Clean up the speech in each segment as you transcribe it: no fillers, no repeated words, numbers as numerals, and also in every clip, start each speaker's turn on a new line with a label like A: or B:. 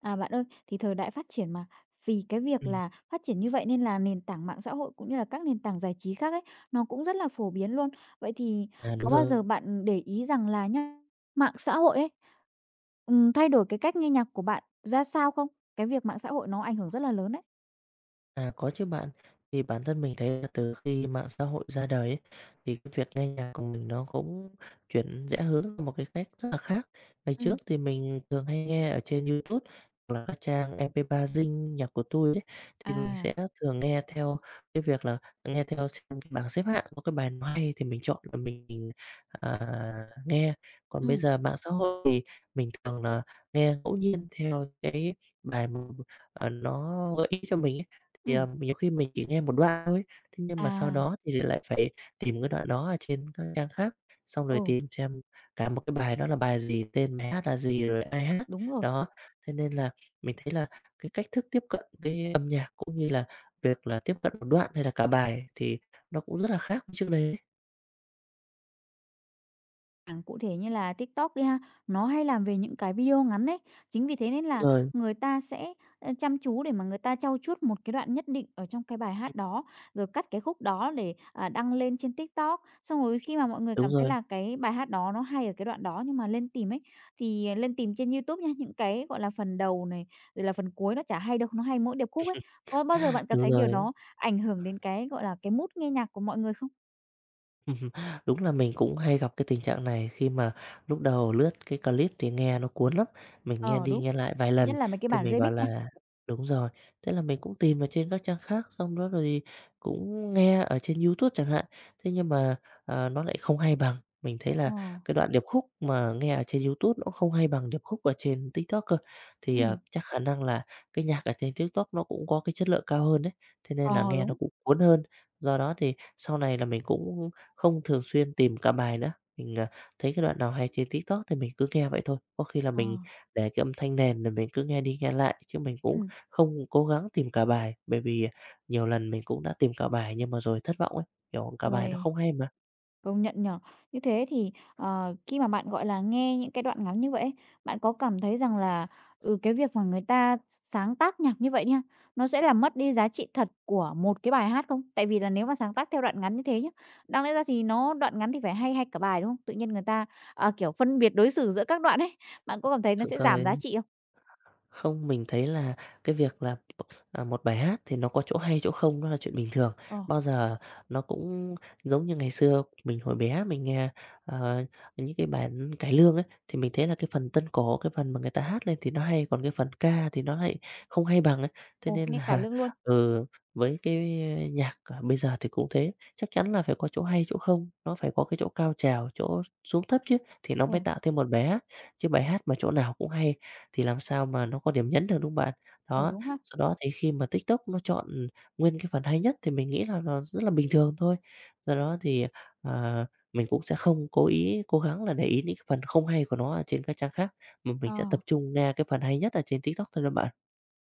A: Bạn ơi, thì thời đại phát triển mà, vì cái
B: Ừ,
A: việc là phát triển như vậy nên là nền tảng mạng xã hội cũng như là các nền tảng giải trí khác ấy, nó cũng rất là phổ biến luôn. Vậy thì
B: à, đúng
A: có bao giờ
B: rồi.
A: bạn để ý rằng là nhá, mạng xã hội ấy, thay đổi cái cách nghe nhạc của bạn ra sao không? Cái việc mạng xã hội nó ảnh hưởng rất là lớn đấy.
B: À, có chứ bạn. Thì bản thân mình thấy là từ khi mạng xã hội ra đời ấy, thì cái việc nghe nhạc của mình nó cũng chuyển rẽ hướng sang một cái cách rất là khác. Ngày trước
A: Ừm,
B: thì mình thường hay nghe ở trên YouTube hoặc là các trang MP3 Zing nhạc của tôi ấy, thì mình
A: à,
B: sẽ thường nghe theo cái việc là nghe theo xem cái bảng xếp hạng có cái bài nào hay thì mình chọn và à, nghe. Còn bây
A: ừm,
B: giờ mạng xã hội thì mình thường là nghe ngẫu nhiên theo cái bài mà, nó gợi ý cho mình ấy.
A: ừm.
B: Nhiều khi mình chỉ nghe một đoạn thôi, thế nhưng mà sau
A: À,
B: đó thì lại phải tìm cái đoạn đó ở trên các trang khác, xong rồi
A: ừ,
B: tìm xem cả một cái bài đó là bài gì, tên bài hát là gì, rồi ai hát.
A: đúng rồi.
B: Đó, thế nên là mình thấy là cái cách thức tiếp cận cái âm nhạc cũng như là việc là tiếp cận một đoạn hay là cả bài thì nó cũng rất là khác với trước đây.
A: Chẳng cụ thể như là TikTok đi ha, nó hay làm về những cái video ngắn đấy. Chính vì thế nên
B: Đúng
A: là
B: rồi,
A: người ta sẽ, chăm chú để mà người ta trau chuốt một cái đoạn nhất định ở trong cái bài
B: ừm,
A: hát đó, rồi cắt cái khúc đó để, đăng lên trên TikTok. Xong rồi khi mà mọi người
B: đúng
A: cảm thấy
B: rồi,
A: là cái bài hát đó nó hay ở cái đoạn đó, nhưng mà lên tìm ấy, thì, lên tìm trên YouTube nha, những cái, gọi là, phần đầu này, rồi là phần cuối nó chả hay đâu, nó hay mỗi điệp khúc ấy. Có bao giờ bạn cảm
B: đúng
A: thấy điều
B: rồi.
A: đó ảnh hưởng đến cái, gọi là, cái mood nghe nhạc của mọi người không?
B: Ừm Đúng là mình cũng hay gặp cái tình trạng này khi mà lúc đầu lướt cái clip thì nghe nó cuốn lắm, mình nghe
A: Ờ,
B: đi
A: đúng,
B: nghe lại vài
A: nhất
B: lần
A: là mấy cái
B: thì
A: bản
B: mình bảo
A: remix nha.
B: là đúng rồi, thế là mình cũng tìm ở trên các trang khác, xong đó rồi cũng nghe ở trên YouTube chẳng hạn. Thế nhưng mà nó lại không hay bằng, mình thấy là
A: Ờ,
B: cái đoạn điệp khúc mà nghe ở trên YouTube nó cũng không hay bằng điệp khúc ở trên TikTok cơ.
A: ừ
B: Chắc khả năng là cái nhạc ở trên TikTok nó cũng có cái chất lượng cao hơn đấy, thế nên là
A: Ờ,
B: nghe nó
A: đúng.
B: cũng cuốn hơn. Do đó thì sau này là mình cũng không thường xuyên tìm cả bài nữa, mình thấy cái đoạn nào hay trên TikTok thì mình cứ nghe vậy thôi. Có khi là
A: Ờ.
B: mình để cái âm thanh nền rồi mình cứ nghe đi nghe lại, chứ mình cũng
A: Ừm.
B: không cố gắng tìm cả bài, bởi vì nhiều lần mình cũng đã tìm cả bài nhưng mà rồi thất vọng ấy, kiểu, cả bài nó
A: Uầy,
B: không hay mà.
A: công nhận nhở. Như thế thì, khi mà bạn, gọi là, nghe những cái đoạn ngắn như vậy ấy, bạn có cảm thấy rằng là, cái việc mà người ta sáng tác nhạc như vậy đi nó sẽ làm mất đi giá trị thật của một cái bài hát không? Tại vì là nếu mà sáng tác theo đoạn ngắn như thế nhá, đáng lẽ ra thì nó đoạn ngắn thì phải hay hay cả bài, đúng không? Tự nhiên người ta, kiểu, phân biệt đối xử giữa các đoạn ấy, bạn có cảm thấy nó
B: Thực
A: sẽ
B: sự
A: giảm giá trị không?
B: Không, mình thấy là cái việc là, à, một bài hát thì nó có chỗ hay chỗ không đó là chuyện bình thường.
A: Ờ,
B: Bao giờ nó cũng giống như ngày xưa mình hồi bé mình nghe, ờ, những cái bản cải lương ấy, thì mình thấy là cái phần tân cổ, cái phần mà người ta hát lên thì nó hay, còn cái phần ca thì nó lại không hay bằng ấy. Thế
A: ồ,
B: nên
A: nghe cải
B: là,
A: lương luôn.
B: ừ, với cái nhạc bây giờ thì cũng thế, chắc chắn là phải có chỗ hay chỗ không, nó phải có cái chỗ cao trào, chỗ xuống thấp chứ thì nó mới
A: Ừ,
B: tạo thêm một bài hát, chứ bài hát mà chỗ nào cũng hay thì làm sao mà nó có điểm nhấn được, đúng không bạn?
A: ừ,
B: Đó,
A: đúng ha.
B: sau đó thì khi mà TikTok nó chọn nguyên cái phần hay nhất thì mình nghĩ là nó rất là bình thường thôi. Do đó thì, ờ, mình cũng sẽ không cố gắng là để ý những cái phần không hay của nó ở trên các trang khác, mà mình
A: Ờ.
B: sẽ tập trung nghe cái phần hay nhất ở trên TikTok thôi đó bạn.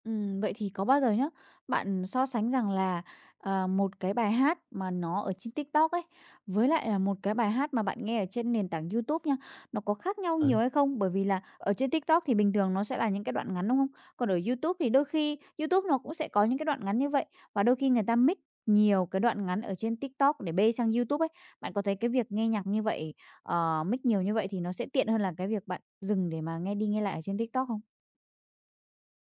A: Vậy thì có bao giờ nhá, bạn so sánh rằng là, một cái bài hát mà nó ở trên TikTok ấy, với lại là một cái bài hát mà bạn nghe ở trên nền tảng YouTube nha, nó có khác nhau nhiều
B: Rồi.
A: hay không? Bởi vì là ở trên TikTok thì bình thường nó sẽ là những cái đoạn ngắn, đúng không? Còn ở YouTube thì đôi khi YouTube nó cũng sẽ có những cái đoạn ngắn như vậy, và đôi khi người ta mix nhiều cái đoạn ngắn ở trên TikTok để bê sang YouTube ấy. Bạn có thấy cái việc nghe nhạc như vậy, mix nhiều như vậy thì nó sẽ tiện hơn là cái việc bạn dừng để mà nghe đi nghe lại ở trên TikTok không?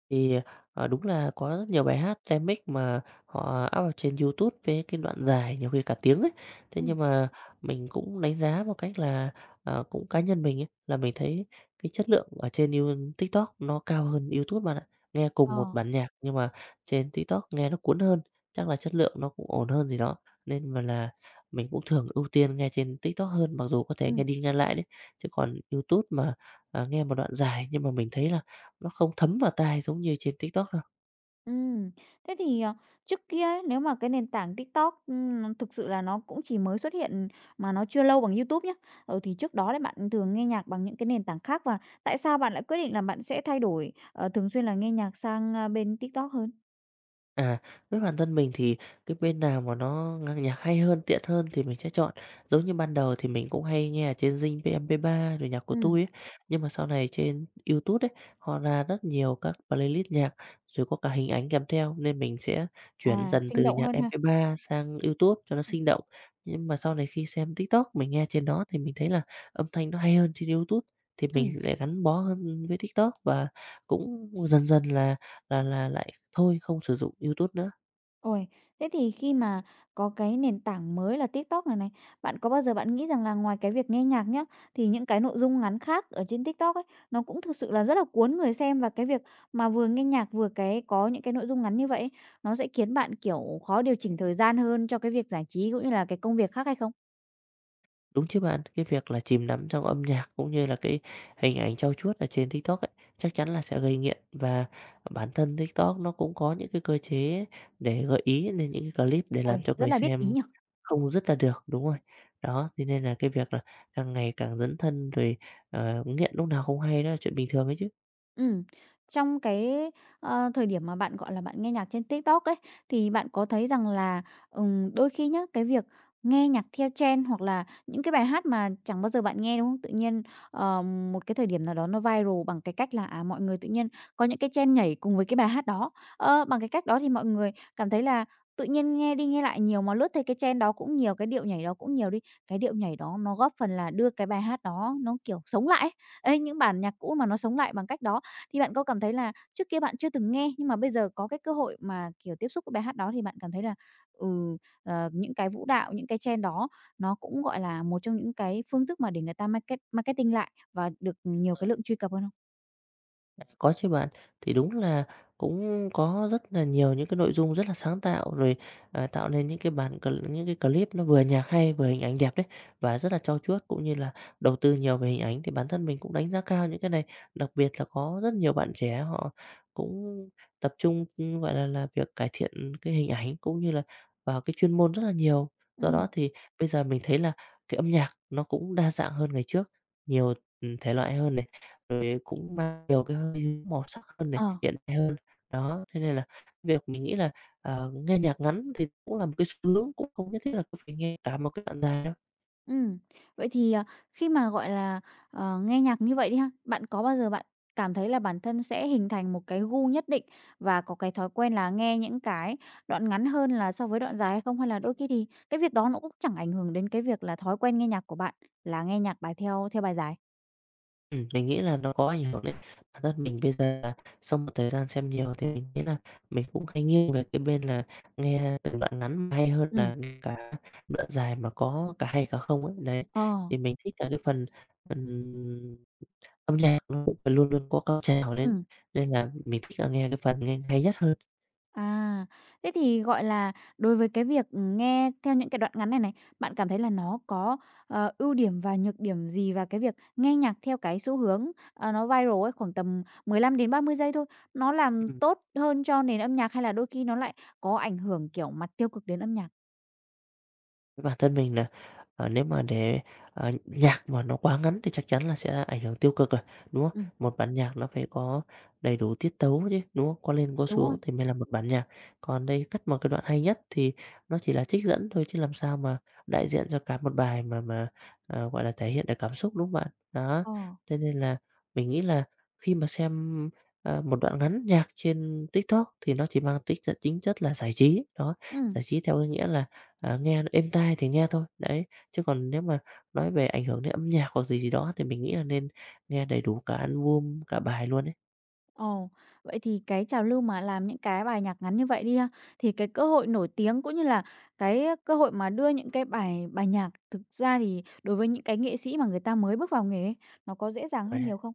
B: Thì, Đúng là có rất nhiều bài hát remix mà họ up ở trên YouTube với cái đoạn dài nhiều khi cả tiếng ấy. Thế
A: Ừm.
B: nhưng mà mình cũng đánh giá một cách là, cũng cá nhân mình ấy, là mình thấy cái chất lượng ở trên TikTok nó cao hơn YouTube bạn ạ. Nghe cùng
A: Ờ.
B: một bản nhạc nhưng mà trên TikTok nghe nó cuốn hơn, chắc là chất lượng nó cũng ổn hơn gì đó, nên mà là mình cũng thường ưu tiên nghe trên TikTok hơn, mặc dù có thể nghe
A: Ừm.
B: đi nghe lại đấy. Chứ còn YouTube nghe một đoạn dài nhưng mà mình thấy là nó không thấm vào tai giống như trên TikTok đâu.
A: Ừm, Thế thì, trước kia ấy, nếu mà cái nền tảng TikTok, nó thực sự là nó cũng chỉ mới xuất hiện mà nó chưa lâu bằng YouTube nhé. Ừ, thì trước đó đấy bạn thường nghe nhạc bằng những cái nền tảng khác và tại sao bạn lại quyết định là bạn sẽ thay đổi, thường xuyên là nghe nhạc sang, bên TikTok hơn?
B: À, với bản thân mình thì cái bên nào mà nó ng nhạc hay hơn, tiện hơn thì mình sẽ chọn. Giống như ban đầu thì mình cũng hay nghe ở trên Zing MP3 rồi nhạc của
A: Ừm,
B: tui ấy, nhưng mà sau này trên YouTube ấy, họ ra rất nhiều các playlist nhạc, rồi có cả hình ảnh kèm theo nên mình sẽ chuyển dần
A: Sinh
B: từ
A: động
B: nhạc
A: hơn ha.
B: MP3 sang YouTube cho nó sinh động. Nhưng mà sau này khi xem TikTok, mình nghe trên đó thì mình thấy là âm thanh nó hay hơn trên YouTube, thì
A: Ừ.
B: mình lại gắn bó hơn với TikTok và cũng dần dần là lại thôi không sử dụng YouTube nữa,
A: Ôi, thế thì khi mà có cái nền tảng mới là TikTok này này, bạn có bao giờ bạn nghĩ rằng là ngoài cái việc nghe nhạc nhá, thì những cái nội dung ngắn khác ở trên TikTok ấy, nó cũng thực sự là rất là cuốn người xem và cái việc mà vừa nghe nhạc vừa cái có những cái nội dung ngắn như vậy ấy, nó sẽ khiến bạn, kiểu, khó điều chỉnh thời gian hơn cho cái việc giải trí cũng như là cái công việc khác hay không?
B: đúng chứ bạn? Cái việc là chìm đắm trong âm nhạc cũng như là cái hình ảnh trau chuốt ở trên TikTok ấy, chắc chắn là sẽ gây nghiện và bản thân TikTok nó cũng có những cái cơ chế để gợi ý lên những cái clip để
A: Ôi,
B: làm cho
A: rất
B: người
A: là biết ý
B: xem
A: nhỉ?
B: không dứt ra được, đúng rồi. Đó, thế nên là cái việc là càng ngày càng dấn thân rồi, nghiện lúc nào không hay đó là chuyện bình thường ấy chứ.
A: Ừm, trong cái, thời điểm mà bạn, gọi là, bạn nghe nhạc trên TikTok đấy thì bạn có thấy rằng là, đôi khi nhá, cái việc nghe nhạc theo trend hoặc là những cái bài hát mà chẳng bao giờ bạn nghe, đúng không? Tự nhiên, một cái thời điểm nào đó nó viral bằng cái cách là, mọi người tự nhiên có những cái trend nhảy cùng với cái bài hát đó. Ờ, bằng cái cách đó thì mọi người cảm thấy là tự nhiên nghe đi nghe lại nhiều, mà lướt thấy cái trend đó cũng nhiều, cái điệu nhảy đó cũng nhiều đi, cái điệu nhảy đó nó góp phần là đưa cái bài hát đó nó, kiểu, sống lại ấy. Ấy, những bản nhạc cũ mà nó sống lại bằng cách đó. Thì bạn có cảm thấy là trước kia bạn chưa từng nghe, nhưng mà bây giờ có cái cơ hội mà, kiểu, tiếp xúc với bài hát đó thì bạn cảm thấy là, ừ, những cái vũ đạo, những cái trend đó nó cũng, gọi là, một trong những cái phương thức mà để người ta market marketing lại và được nhiều cái lượng truy cập hơn không?
B: À, có chứ bạn. Thì đúng là Cũng có rất là nhiều những cái nội dung rất là sáng tạo, tạo nên những cái clip nó vừa nhạc hay, vừa hình ảnh đẹp đấy, và rất là trau chuốt, cũng như là đầu tư nhiều về hình ảnh. Thì bản thân mình cũng đánh giá cao những cái này, đặc biệt là có rất nhiều bạn trẻ họ cũng tập trung, gọi là, việc cải thiện cái hình ảnh, cũng như là vào cái chuyên môn rất là nhiều. Do đó
A: Ừm.
B: thì bây giờ mình thấy là cái âm nhạc nó cũng đa dạng hơn ngày trước, nhiều thể loại hơn rồi cũng mang nhiều cái hơi màu sắc hơn này,
A: Ờ.
B: hiện đại hơn. Đó, thế nên là việc mình nghĩ là, nghe nhạc ngắn thì cũng là một cái xu hướng, cũng không nhất thiết là cứ phải nghe cả một cái đoạn dài đâu.
A: Ừm, vậy thì, khi mà, gọi là, nghe nhạc như vậy đi ha, bạn có bao giờ bạn cảm thấy là bản thân sẽ hình thành một cái gu nhất định và có cái thói quen là nghe những cái đoạn ngắn hơn là so với đoạn dài hay không? Hay là đôi khi thì cái việc đó nó cũng chẳng ảnh hưởng đến cái việc là thói quen nghe nhạc của bạn là nghe nhạc bài theo theo bài dài?
B: Mình nghĩ là nó có ảnh hưởng đấy. Bản thân mình bây giờ là sau một thời gian xem nhiều thì mình nghĩ là mình cũng hay nghiêng về cái bên là nghe từng đoạn ngắn hay hơn
A: Ừm.
B: là nghe cả đoạn dài mà có cả hay cả không ấy. Đấy,
A: Ờ.
B: thì mình thích là cái phần, ừm Âm nhạc nó cũng phải luôn luôn có cao trào lên
A: Ừm.
B: nên là mình thích là nghe cái phần nghe hay nhất hơn.
A: À, thế thì, gọi là, đối với cái việc, nghe theo những cái đoạn ngắn này này, bạn cảm thấy là nó có, ưu điểm và nhược điểm gì? Và cái việc nghe nhạc theo cái xu hướng, nó viral ấy, khoảng tầm 15 đến 30 giây thôi, nó làm tốt hơn cho nền âm nhạc hay là đôi khi nó lại có ảnh hưởng, kiểu, mặt tiêu cực đến âm nhạc?
B: Với bản thân mình là, nếu mà để nhạc mà nó quá ngắn thì chắc chắn là sẽ ảnh hưởng tiêu cực rồi, đúng không?
A: Ừm,
B: Một bản nhạc nó phải có đầy đủ tiết tấu chứ, đúng không? Có lên có
A: đúng
B: xuống
A: rồi.
B: thì mới là một bản nhạc. Còn đây cắt một cái đoạn hay nhất thì nó chỉ là trích dẫn thôi chứ làm sao mà đại diện cho cả một bài mà, gọi là, thể hiện được cảm xúc, đúng không bạn? Đó,
A: Ờ,
B: thế nên là mình nghĩ là khi mà xem một đoạn ngắn nhạc trên TikTok thì nó chỉ mang tính chất chính chất là giải trí, đó,
A: ừ.
B: giải trí theo cái nghĩa là À, nghe nó êm tai thì nghe thôi, đấy. Chứ còn nếu mà nói về ảnh hưởng đến âm nhạc hoặc gì gì đó thì mình nghĩ là nên nghe đầy đủ cả album, cả bài luôn
A: Ồ, vậy thì cái trào lưu mà làm những cái bài nhạc ngắn như vậy đi ha, thì cái cơ hội nổi tiếng cũng như là cái cơ hội mà đưa những cái bài bài nhạc thực ra thì đối với những cái nghệ sĩ mà người ta mới bước vào nghề ấy, nó có dễ dàng
B: ấy.
A: hơn nhiều không?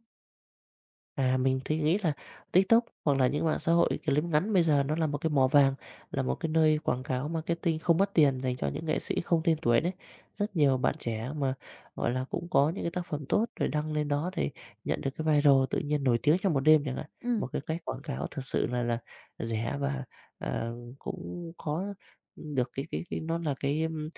B: À, mình thì nghĩ là TikTok hoặc là những mạng xã hội clip ngắn bây giờ nó là một cái mỏ vàng, là một cái nơi quảng cáo marketing không mất tiền dành cho những nghệ sĩ không tên tuổi đấy. Rất nhiều bạn trẻ mà, gọi là, cũng có những cái tác phẩm tốt rồi đăng lên đó để nhận được cái viral, tự nhiên nổi tiếng trong một đêm chẳng hạn. Một
A: Ừ,
B: cái cách quảng cáo thực sự là rẻ và, cũng có được cái nó là cái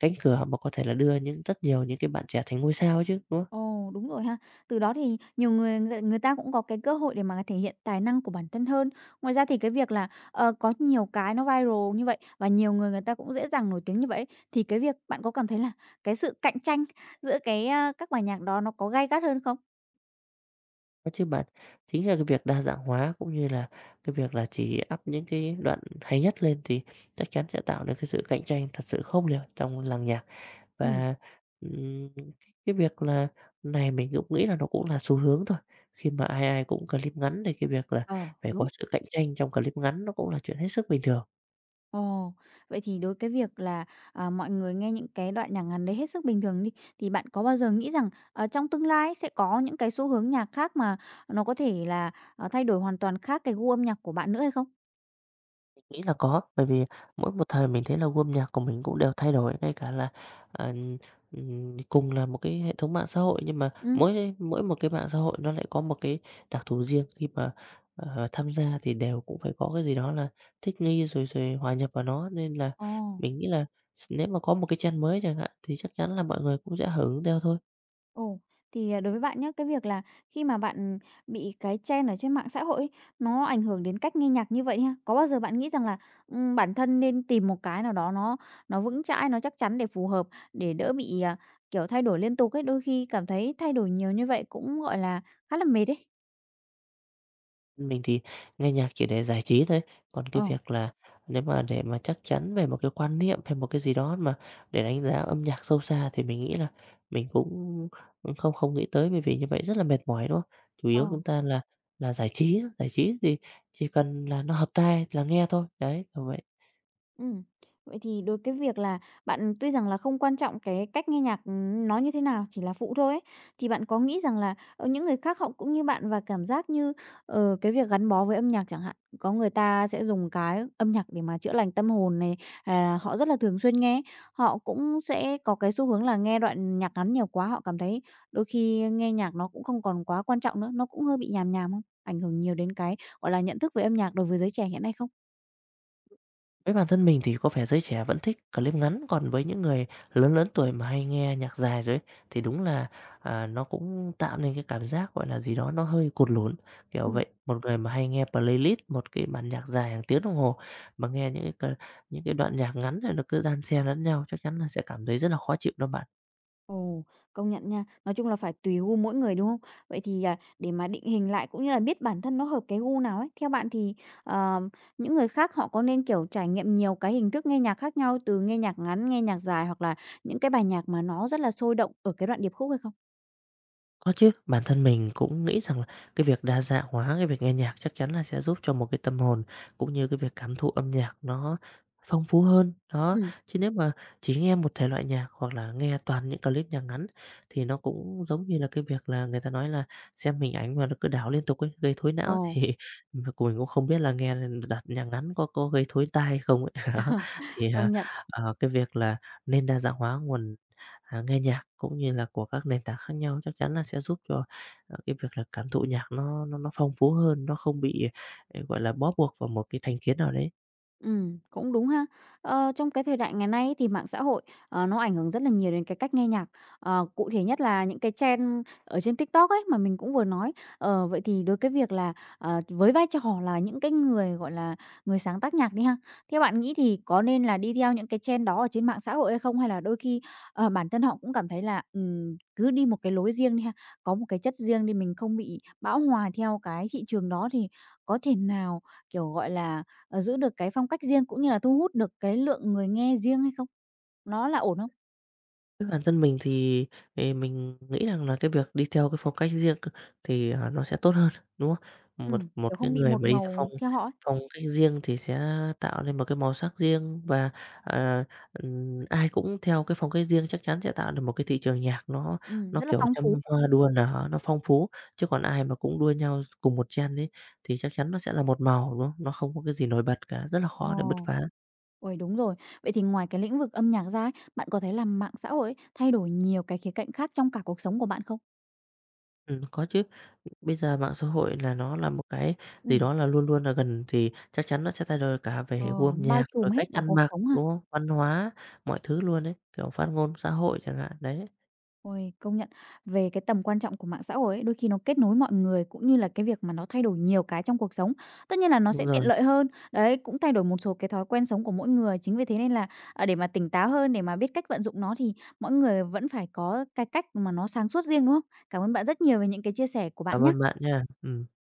B: cánh cửa mà có thể là đưa những rất nhiều những cái bạn trẻ thành ngôi sao chứ, đúng không?
A: ồ, đúng rồi ha. Từ đó thì nhiều người người người ta cũng có cái cơ hội để mà thể hiện tài năng của bản thân hơn. Ngoài ra thì cái việc là, có nhiều cái nó viral như vậy và nhiều người người ta cũng dễ dàng nổi tiếng như vậy ấy, thì cái việc bạn có cảm thấy là cái sự cạnh tranh giữa cái, các bài nhạc đó nó có gay gắt hơn không?
B: Có chứ bạn. Chính là cái việc đa dạng hóa cũng như là cái việc là chỉ up những cái đoạn hay nhất lên thì chắc chắn sẽ tạo nên cái sự cạnh tranh thật sự khốc liệt trong làng nhạc.
A: Ừ,
B: Và, cái việc là này mình cũng nghĩ là nó cũng là xu hướng thôi, khi mà ai ai cũng clip ngắn thì cái việc là
A: ờ,
B: phải có
A: đúng.
B: sự cạnh tranh trong clip ngắn nó cũng là chuyện hết sức bình thường.
A: Ồ, vậy thì đối cái việc là, mọi người nghe những cái đoạn nhạc ngắn đấy hết sức bình thường đi, thì bạn có bao giờ nghĩ rằng, trong tương lai sẽ có những cái xu hướng nhạc khác mà nó có thể là, thay đổi hoàn toàn khác cái gu âm nhạc của bạn nữa hay không?
B: Mình nghĩ là có, bởi vì mỗi một thời mình thấy là gu âm nhạc của mình cũng đều thay đổi, ngay cả là, ờ, cùng là một cái hệ thống mạng xã hội, nhưng mà
A: Ừ,
B: mỗi mỗi một cái mạng xã hội nó lại có một cái đặc thù riêng. Khi mà, tham gia thì đều cũng phải có cái gì đó là thích nghi rồi rồi hòa nhập vào nó. Nên là
A: ồ.
B: mình nghĩ là nếu mà có một cái trend mới chẳng hạn thì chắc chắn là mọi người cũng sẽ hưởng ứng theo thôi.
A: Ồ, thì, đối với bạn nhé, cái việc là khi mà bạn bị cái trend ở trên mạng xã hội ấy, nó ảnh hưởng đến cách nghe nhạc như vậy ha, có bao giờ bạn nghĩ rằng là, bản thân nên tìm một cái nào đó nó vững chãi, nó chắc chắn để phù hợp, để đỡ bị, kiểu, thay đổi liên tục ấy, đôi khi cảm thấy thay đổi nhiều như vậy cũng, gọi là, khá là mệt ấy?
B: Mình thì nghe nhạc chỉ để giải trí thôi, còn cái
A: Ờ,
B: việc là nếu mà để mà chắc chắn về một cái quan niệm hay một cái gì đó mà để đánh giá âm nhạc sâu xa thì mình nghĩ là mình cũng không không nghĩ tới, bởi vì như vậy rất là mệt mỏi, đúng không? Chủ
A: ờ.
B: yếu chúng ta là giải trí thì chỉ cần là nó hợp tai là nghe thôi, đấy, kiểu vậy.
A: Ừm. Vậy thì đối cái việc là bạn tuy rằng là không quan trọng cái cách nghe nhạc, nó như thế nào, chỉ là phụ thôi ấy, thì bạn có nghĩ rằng là, những người khác họ cũng như bạn và cảm giác như, cái việc gắn bó với âm nhạc chẳng hạn, có người ta sẽ dùng cái âm nhạc để mà chữa lành tâm hồn này, họ rất là thường xuyên nghe, họ cũng sẽ có cái xu hướng là nghe đoạn nhạc ngắn nhiều quá, họ cảm thấy đôi khi nghe nhạc nó cũng không còn quá quan trọng nữa, nó cũng hơi bị nhàm nhàm không? Ảnh hưởng nhiều đến cái, gọi là, nhận thức về âm nhạc đối với giới trẻ hiện nay không?
B: Với bản thân mình thì có vẻ giới trẻ vẫn thích clip ngắn, còn với những người lớn lớn tuổi mà hay nghe nhạc dài rồi ấy, thì đúng là, nó cũng tạo nên cái cảm giác, gọi là, gì đó nó hơi cột lún, kiểu
A: Ừm.
B: vậy. Một người mà hay nghe playlist, một cái bản nhạc dài hàng tiếng đồng hồ, mà nghe những cái đoạn nhạc ngắn này nó cứ đan xen lẫn nhau, chắc chắn là sẽ cảm thấy rất là khó chịu đó bạn.
A: Ồ, công nhận nha. Nói chung là phải tùy gu mỗi người, đúng không? Vậy thì, để mà định hình lại cũng như là biết bản thân nó hợp cái gu nào ấy, theo bạn thì, ờ, những người khác họ có nên, kiểu, trải nghiệm nhiều cái hình thức nghe nhạc khác nhau, từ nghe nhạc ngắn, nghe nhạc dài hoặc là những cái bài nhạc mà nó rất là sôi động ở cái đoạn điệp khúc hay không?
B: Có chứ, bản thân mình cũng nghĩ rằng là cái việc đa dạng hóa cái việc nghe nhạc chắc chắn là sẽ giúp cho một cái tâm hồn cũng như cái việc cảm thụ âm nhạc nó phong phú hơn. Đó,
A: Ừ,
B: chứ nếu mà chỉ nghe một thể loại nhạc hoặc là nghe toàn những clip nhạc ngắn thì nó cũng giống như là cái việc là người ta nói là xem hình ảnh mà nó cứ đảo liên tục ấy, gây thối
A: ồ,
B: não, thì mà của mình cũng không biết là nghe đặt nhạc ngắn có gây thối tai hay không ấy. Đó. Thì
A: công nhận.
B: cái việc là nên đa dạng hóa nguồn, nghe nhạc cũng như là của các nền tảng khác nhau, chắc chắn là sẽ giúp cho, cái việc là cảm thụ nhạc nó phong phú hơn, nó không bị, gọi là, bó buộc vào một cái thành kiến nào đấy.
A: Cũng đúng ha. Ờ, trong cái thời đại ngày nay ấy thì mạng xã hội, nó ảnh hưởng rất là nhiều đến cái cách nghe nhạc. Ờ, cụ thể nhất là những cái trend ở trên TikTok ấy mà mình cũng vừa nói. Ờ, vậy thì đối cái việc là, với vai trò là những cái người, gọi là, người sáng tác nhạc đi ha, theo bạn nghĩ thì có nên là đi theo những cái trend đó ở trên mạng xã hội hay không? Hay là đôi khi, bản thân họ cũng cảm thấy là, cứ đi một cái lối riêng đi ha, có một cái chất riêng đi, mình không bị bão hòa theo cái thị trường đó thì có thể nào, kiểu, gọi là, giữ được cái phong cách riêng cũng như là thu hút được cái lượng người nghe riêng hay không? Nó là ổn không?
B: Với bản thân mình thì, mình nghĩ rằng là cái việc đi theo cái phong cách riêng thì, nó sẽ tốt hơn, đúng không? Một
A: Ừm.
B: một
A: Kiểu,
B: cái
A: không bị
B: người
A: một
B: mà đi theo phong
A: màu theo họ ấy.
B: phong cách riêng thì sẽ tạo nên một cái màu sắc riêng, và, à, ai cũng theo cái phong cách riêng chắc chắn sẽ tạo được một cái thị trường nhạc nó
A: Ừm.
B: nó,
A: Rất là
B: kiểu,
A: phong
B: trăm
A: phú.
B: hoa đua nở, nó phong phú. Chứ còn ai mà cũng đua nhau cùng một trend ấy thì chắc chắn nó sẽ là một màu, đúng không? Nó không có cái gì nổi bật cả, rất là
A: Ờ,
B: khó để bứt phá.
A: uầy, đúng rồi. Vậy thì ngoài cái lĩnh vực âm nhạc ra ấy, bạn có thấy là mạng xã hội ấy thay đổi nhiều cái khía cạnh khác trong cả cuộc sống của bạn không?
B: Có chứ. Bây giờ mạng xã hội là nó là một cái gì
A: Ừm.
B: đó là luôn luôn là gần, thì chắc chắn nó sẽ thay đổi cả
A: Ờ,
B: về gu
A: nó
B: âm
A: bao
B: nhạc, rồi
A: trùm hết
B: cách
A: cả
B: ăn
A: cuộc
B: mặc,
A: sống ha?
B: đúng không? Văn hóa, mọi thứ luôn đấy, kiểu, phát ngôn xã hội chẳng hạn, đấy.
A: Ôi, công nhận về cái tầm quan trọng của mạng xã hội ấy, đôi khi nó kết nối mọi người cũng như là cái việc mà nó thay đổi nhiều cái trong cuộc sống. Tất nhiên là nó
B: Đúng
A: sẽ tiện
B: rồi,
A: lợi hơn, đấy, cũng thay đổi một số cái thói quen sống của mỗi người. Chính vì thế nên là, để mà tỉnh táo hơn, để mà biết cách vận dụng nó thì mọi người vẫn phải có cái cách mà nó sáng suốt riêng, đúng không? Cảm ơn bạn rất nhiều về những cái chia sẻ của
B: cảm
A: bạn
B: ơn
A: nhé.
B: bạn nha. Ừm.